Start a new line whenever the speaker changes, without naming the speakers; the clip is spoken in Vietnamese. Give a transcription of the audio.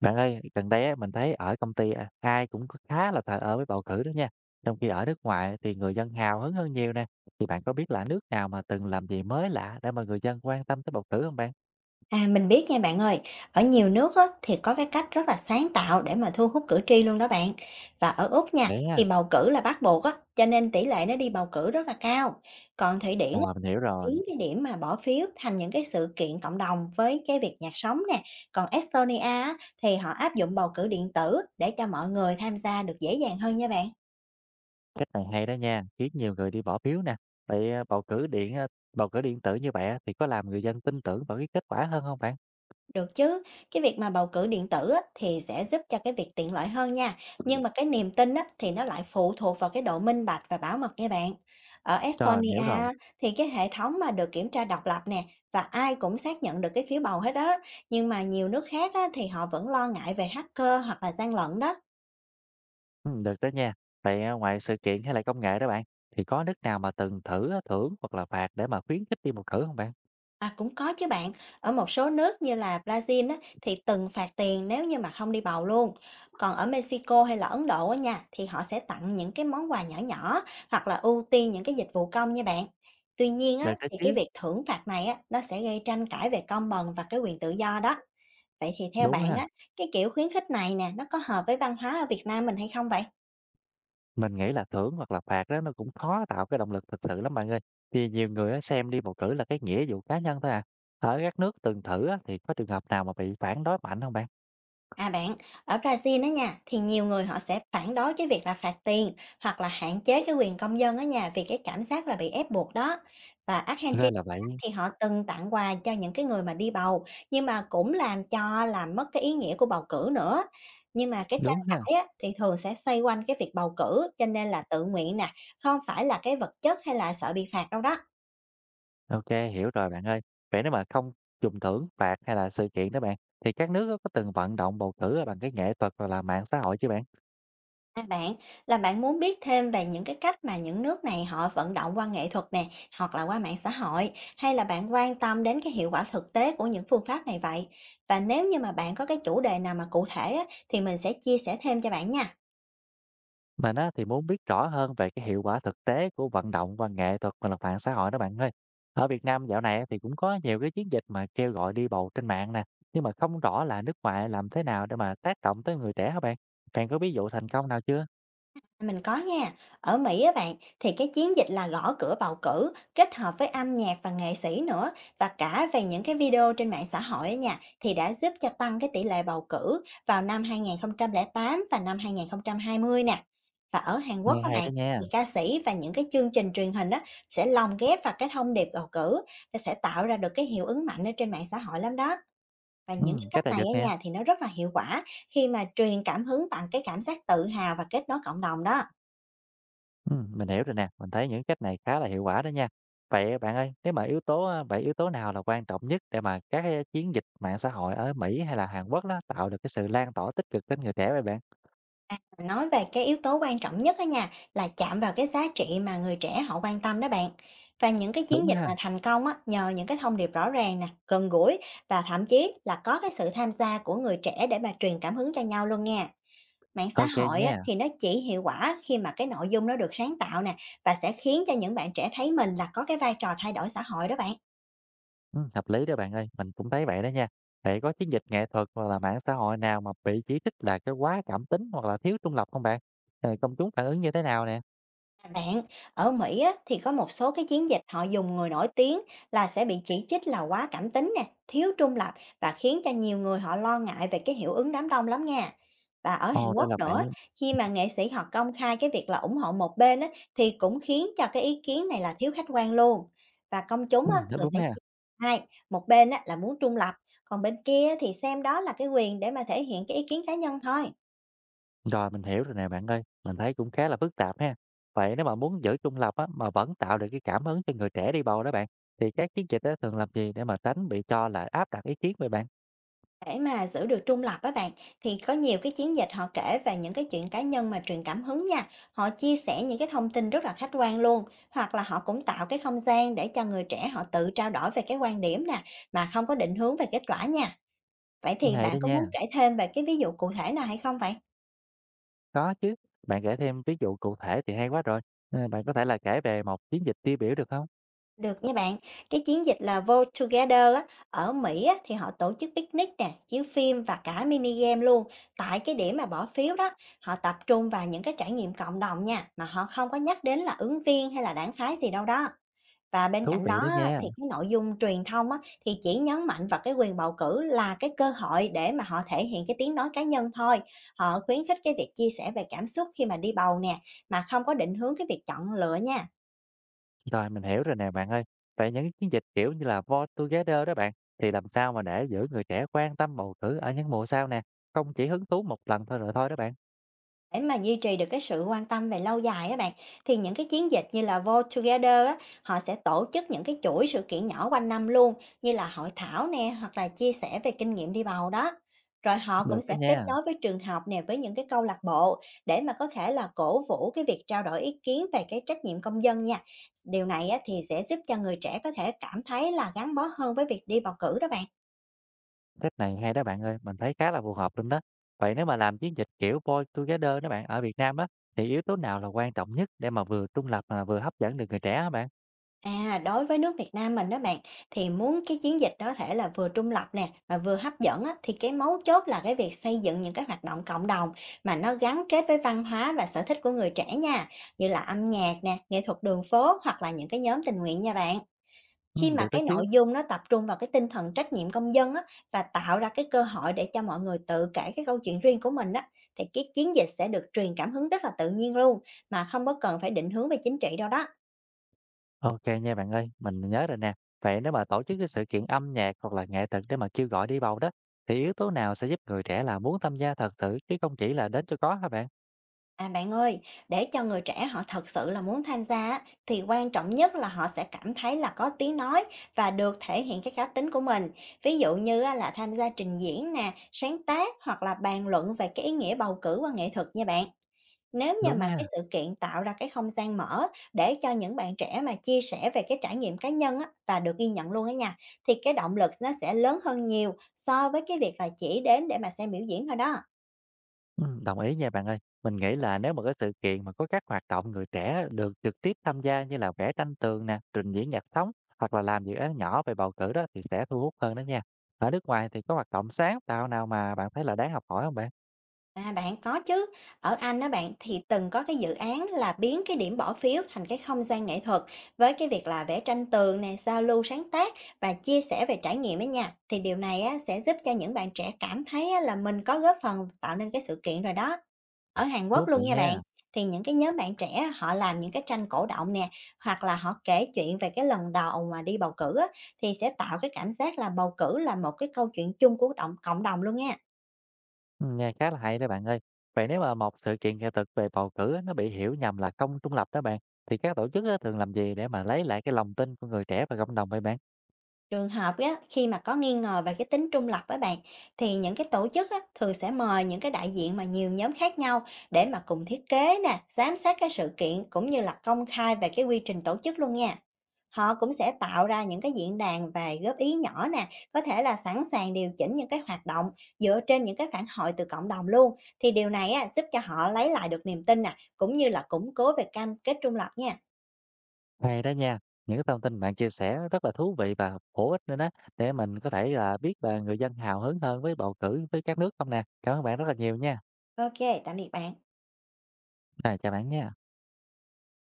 Bạn ơi, gần đây á, mình thấy ở công ty à, ai cũng có khá là thờ ơ với bầu cử đó nha. Trong khi ở nước ngoài thì người dân hào hứng hơn nhiều nè. Thì bạn có biết là nước nào mà từng làm gì mới lạ để mà người dân quan tâm tới bầu cử không bạn?
À, mình biết nha bạn ơi, ở nhiều nước á, thì có cái cách rất là sáng tạo để mà thu hút cử tri luôn đó bạn. Và ở Úc nha,
Để ha.
thì bầu cử là bắt buộc á, cho nên tỷ lệ nó đi bầu cử rất là cao. Còn Thụy Điển
Ờ,
á,
mình hiểu rồi.
biến cái điểm mà bỏ phiếu thành những cái sự kiện cộng đồng với cái việc nhạc sống nè. Còn Estonia á, thì họ áp dụng bầu cử điện tử để cho mọi người tham gia được dễ dàng hơn nha bạn.
Cách này hay đó nha, khiến nhiều người đi bỏ phiếu nè. Vậy à, bầu cử điện tử như vậy á, thì có làm người dân tin tưởng vào cái kết quả hơn không bạn?
Được chứ, cái việc mà bầu cử điện tử á, thì sẽ giúp cho cái việc tiện lợi hơn nha, nhưng mà cái niềm tin á, thì nó lại phụ thuộc vào cái độ minh bạch và bảo mật nha bạn. Ở
Rồi,
Estonia
mình hiểu rồi.
á, thì cái hệ thống mà được kiểm tra độc lập nè và ai cũng xác nhận được cái phiếu bầu hết đó, nhưng mà nhiều nước khác á, thì họ vẫn lo ngại về hacker hoặc là gian lận đó.
Ừ, được đó nha. Vậy à, ngoài sự kiện hay là công nghệ đó bạn, thì có nước nào mà từng thử à, thưởng hoặc là phạt để mà khuyến khích đi bầu cử không bạn?
À, cũng có chứ bạn. Ở một số nước như là Brazil á, thì từng phạt tiền nếu như mà không đi bầu luôn. Còn ở Mexico hay là Ấn Độ á nha, thì họ sẽ tặng những cái món quà nhỏ nhỏ hoặc là ưu tiên những cái dịch vụ công nha bạn. Tuy nhiên á,
Được đó
thì cái
chứ.
việc thưởng phạt này á, nó sẽ gây tranh cãi về công bằng và cái quyền tự do đó. Vậy thì theo
Đúng
bạn á,
ha,
cái kiểu khuyến khích này nè, nó có hợp với văn hóa ở Việt Nam mình hay không vậy?
mình nghĩ là thưởng hoặc là phạt đó nó cũng khó tạo cái động lực thực sự lắm bạn ơi. Thì nhiều người á, xem đi bầu cử là cái nghĩa vụ cá nhân thôi à. Ở các nước từng thử á, thì có trường hợp nào mà bị phản đối mạnh không bạn?
À bạn, ở Brazil đó nha, thì nhiều người họ sẽ phản đối cái việc là phạt tiền hoặc là hạn chế cái quyền công dân ở nhà vì cái cảm giác là bị ép buộc đó. Và Argentina
Ra là vậy.
thì họ từng tặng quà cho những cái người mà đi bầu, nhưng mà cũng làm mất cái ý nghĩa của bầu cử nữa. Nhưng mà cái tranh
Đúng ha.
cãi á, thì thường sẽ xoay quanh cái việc bầu cử, cho nên là tự nguyện nè, không phải là cái vật chất hay là sợ bị phạt đâu đó.
Ok, hiểu rồi bạn ơi. Vậy nếu mà không dùng thưởng, phạt hay là sự kiện đó bạn, thì các nước á, có từng vận động bầu cử bằng cái nghệ thuật hoặc là mạng xã hội chứ bạn?
À, bạn, là bạn muốn biết thêm về những cái cách mà những nước này họ vận động qua nghệ thuật nè, hoặc là qua mạng xã hội, hay là bạn quan tâm đến cái hiệu quả thực tế của những phương pháp này vậy? Và nếu như mà bạn có cái chủ đề nào mà cụ thể á, thì mình sẽ chia sẻ thêm cho bạn nha.
Mình á, thì muốn biết rõ hơn về cái hiệu quả thực tế của vận động và nghệ thuật và là mạng xã hội đó bạn ơi. Ở Việt Nam dạo này á, thì cũng có nhiều cái chiến dịch mà kêu gọi đi bầu trên mạng nè, nhưng mà không rõ là nước ngoài làm thế nào để mà tác động tới người trẻ hả bạn? Bạn có ví dụ thành công nào chưa?
Mình có nha. Ở Mỹ á bạn, thì cái chiến dịch là gõ cửa bầu cử kết hợp với âm nhạc và nghệ sĩ nữa và cả về những cái video trên mạng xã hội á nha, thì đã giúp cho tăng cái tỷ lệ bầu cử vào năm 2008 và năm 2020 nè. Và ở Hàn Quốc
Nghe
các
hay
bạn,
đó nha.
thì ca sĩ và những cái chương trình truyền hình đó sẽ lồng ghép vào cái thông điệp bầu cử, nó sẽ tạo ra được cái hiệu ứng mạnh ở trên mạng xã hội lắm đó. Và
Ừ,
những cái cách
cách này
này
được
ở
nè.
nhà thì nó rất là hiệu quả khi mà truyền cảm hứng bằng cái cảm giác tự hào và kết nối cộng đồng đó.
Ừ, mình hiểu rồi nè, mình thấy những cách này khá là hiệu quả đó nha. Vậy bạn ơi, nếu mà yếu tố nào là quan trọng nhất để mà các cái chiến dịch mạng xã hội ở Mỹ hay là Hàn Quốc đó tạo được cái sự lan tỏa tích cực đến người trẻ vậy bạn?
Nói về cái yếu tố quan trọng nhất á nha, là chạm vào cái giá trị mà người trẻ họ quan tâm đó bạn. Và những cái
Đúng
chiến dịch
ha.
mà thành công á, nhờ những cái thông điệp rõ ràng nè, gần gũi và thậm chí là có cái sự tham gia của người trẻ để mà truyền cảm hứng cho nhau luôn nha. Mạng xã
Ok
hội á,
nha.
thì nó chỉ hiệu quả khi mà cái nội dung nó được sáng tạo nè và sẽ khiến cho những bạn trẻ thấy mình là có cái vai trò thay đổi xã hội đó bạn.
Hợp lý đó bạn ơi, mình cũng thấy vậy đó nha. Vậy có chiến dịch nghệ thuật hoặc là mạng xã hội nào mà bị chỉ trích là cái quá cảm tính hoặc là thiếu trung lập không bạn? Rồi công chúng phản ứng như thế nào nè?
À bạn, ở Mỹ á, thì có một số cái chiến dịch họ dùng người nổi tiếng là sẽ bị chỉ trích là quá cảm tính nè, thiếu trung lập và khiến cho nhiều người họ lo ngại về cái hiệu ứng đám đông lắm nha. Và ở Hàn
Ồ, ra
Quốc
là
nữa,
vậy.
khi mà nghệ sĩ họ công khai cái việc là ủng hộ một bên á, thì cũng khiến cho cái ý kiến này là thiếu khách quan luôn. Và công chúng á,
Đúng
thường
đúng
sẽ
ha.
chia hai, một bên á, là muốn trung lập, còn bên kia thì xem đó là cái quyền để mà thể hiện cái ý kiến cá nhân thôi.
Rồi mình hiểu rồi nè bạn ơi, mình thấy cũng khá là phức tạp ha. Vậy nếu mà muốn giữ trung lập á, mà vẫn tạo được cái cảm hứng cho người trẻ đi bầu đó bạn, thì các chiến dịch á, thường làm gì để mà tránh bị cho là áp đặt ý kiến về bạn?
Để mà giữ được trung lập á bạn, thì có nhiều cái chiến dịch họ kể về những cái chuyện cá nhân mà truyền cảm hứng nha. Họ chia sẻ những cái thông tin rất là khách quan luôn, hoặc là họ cũng tạo cái không gian để cho người trẻ họ tự trao đổi về cái quan điểm nè, mà không có định hướng về kết quả nha. Vậy thì
Hay
bạn
đó
có muốn
nha.
kể thêm về cái ví dụ cụ thể nào hay không vậy?
Có chứ. Bạn kể thêm ví dụ cụ thể thì hay quá rồi. Ờ, Bạn có thể là kể về một chiến dịch tiêu biểu được không?
Được nha bạn. Cái chiến dịch là Vote Together á, ở Mỹ á, thì họ tổ chức picnic nè, chiếu phim và cả mini game luôn. Tại cái điểm mà bỏ phiếu đó, họ tập trung vào những cái trải nghiệm cộng đồng nha, mà họ không có nhắc đến là ứng viên hay là đảng phái gì đâu đó. Và bên
Thú
cạnh
vị
đó
đó
á,
nha.
thì cái nội dung truyền thông á, thì chỉ nhấn mạnh vào cái quyền bầu cử là cái cơ hội để mà họ thể hiện cái tiếng nói cá nhân thôi. Họ khuyến khích cái việc chia sẻ về cảm xúc khi mà đi bầu nè, mà không có định hướng cái việc chọn lựa nha.
Rồi, mình hiểu rồi nè bạn ơi. Vậy những cái chiến dịch kiểu như là Born Together đó bạn, thì làm sao mà để giữ người trẻ quan tâm bầu cử ở những mùa sau nè, không chỉ hứng thú một lần thôi rồi thôi đó bạn.
Để mà duy trì được cái sự quan tâm về lâu dài á bạn, thì những cái chiến dịch như là Vote Together á, họ sẽ tổ chức những cái chuỗi sự kiện nhỏ quanh năm luôn, như là hội thảo nè, hoặc là chia sẻ về kinh nghiệm đi bầu đó. Rồi họ
Được
cũng
đó
sẽ kết
nha,
nối với trường học nè, với những cái câu lạc bộ để mà có thể là cổ vũ cái việc trao đổi ý kiến về cái trách nhiệm công dân nha. Điều này á, thì sẽ giúp cho người trẻ có thể cảm thấy là gắn bó hơn với việc đi bầu cử đó bạn.
cách này hay đó bạn ơi, mình thấy khá là phù hợp luôn đó. Vậy nếu mà làm chiến dịch kiểu Born Together đó bạn ở Việt Nam á, thì yếu tố nào là quan trọng nhất để mà vừa trung lập mà vừa hấp dẫn được người trẻ hả bạn?
À, đối với nước Việt Nam mình đó bạn, thì muốn cái chiến dịch đó thể là vừa trung lập nè mà vừa hấp dẫn á, thì cái mấu chốt là cái việc xây dựng những cái hoạt động cộng đồng mà nó gắn kết với văn hóa và sở thích của người trẻ nha, như là âm nhạc nè, nghệ thuật đường phố hoặc là những cái nhóm tình nguyện nha bạn.
Ừ,
Khi mà
được đó
cái
chứ.
nội dung nó tập trung vào cái tinh thần trách nhiệm công dân á, và tạo ra cái cơ hội để cho mọi người tự kể cái câu chuyện riêng của mình á, thì cái chiến dịch sẽ được truyền cảm hứng rất là tự nhiên luôn mà không có cần phải định hướng về chính trị đâu đó.
OK nha bạn ơi, mình nhớ rồi nè. Vậy nếu mà tổ chức cái sự kiện âm nhạc hoặc là nghệ thuật để mà kêu gọi đi bầu đó, thì yếu tố nào sẽ giúp người trẻ là muốn tham gia thật sự chứ không chỉ là đến cho có hả bạn?
À bạn ơi, để cho người trẻ họ thật sự là muốn tham gia á, thì quan trọng nhất là họ sẽ cảm thấy là có tiếng nói và được thể hiện cái cá tính của mình. Ví dụ như á, là tham gia trình diễn nè, sáng tác hoặc là bàn luận về cái ý nghĩa bầu cử qua nghệ thuật nha bạn. Nếu như
Đúng
mà cái
ha.
sự kiện tạo ra cái không gian mở để cho những bạn trẻ mà chia sẻ về cái trải nghiệm cá nhân á, và được ghi nhận luôn á nha, thì cái động lực nó sẽ lớn hơn nhiều so với cái việc là chỉ đến để mà xem biểu diễn thôi đó.
Ừ, đồng ý nha bạn ơi. Mình nghĩ là nếu mà cái sự kiện mà có các hoạt động người trẻ được trực tiếp tham gia như là vẽ tranh tường nè, trình diễn nhạc sống hoặc là làm dự án nhỏ về bầu cử đó thì sẽ thu hút hơn đó nha. Ở nước ngoài thì có hoạt động sáng tạo nào mà bạn thấy là đáng học hỏi không bạn?
À, bạn có chứ. Ở Anh đó bạn, thì từng có cái dự án là biến cái điểm bỏ phiếu thành cái không gian nghệ thuật với cái việc là vẽ tranh tường nè, giao lưu sáng tác và chia sẻ về trải nghiệm ấy nha. Thì điều này á sẽ giúp cho những bạn trẻ cảm thấy á, là mình có góp phần tạo nên cái sự kiện rồi đó. Ở Hàn Quốc
Thú
luôn
vị
nha bạn.
nha.
Thì những cái nhóm bạn trẻ họ làm những cái tranh cổ động nè, hoặc là họ kể chuyện về cái lần đầu mà đi bầu cử á, thì sẽ tạo cái cảm giác là bầu cử là một cái câu chuyện chung của động cộng đồng luôn nha.
Nghe khá là hay đó bạn ơi. Vậy nếu mà một sự kiện nghệ thuật về bầu cử á, nó bị hiểu nhầm là không trung lập đó bạn, thì các tổ chức á, thường làm gì để mà lấy lại cái lòng tin của người trẻ và cộng đồng vậy bạn?
Trường hợp á, khi mà có nghi ngờ về cái tính trung lập với bạn, thì những cái tổ chức á, thường sẽ mời những cái đại diện mà nhiều nhóm khác nhau để mà cùng thiết kế nè, giám sát cái sự kiện cũng như là công khai về cái quy trình tổ chức luôn nha. Họ cũng sẽ tạo ra những cái diễn đàn về góp ý nhỏ nè, có thể là sẵn sàng điều chỉnh những cái hoạt động dựa trên những cái phản hồi từ cộng đồng luôn. Thì điều này á, giúp cho họ lấy lại được niềm tin nè, cũng như là củng cố về cam kết trung lập nha.
Hay đó nha, những cái thông tin bạn chia sẻ rất là thú vị và bổ ích nữa đó, để mình có thể là biết là người dân hào hứng hơn với bầu cử với các nước không nè. Cảm ơn bạn rất là nhiều nha.
Ok, tạm biệt bạn.
À, chào bạn nha.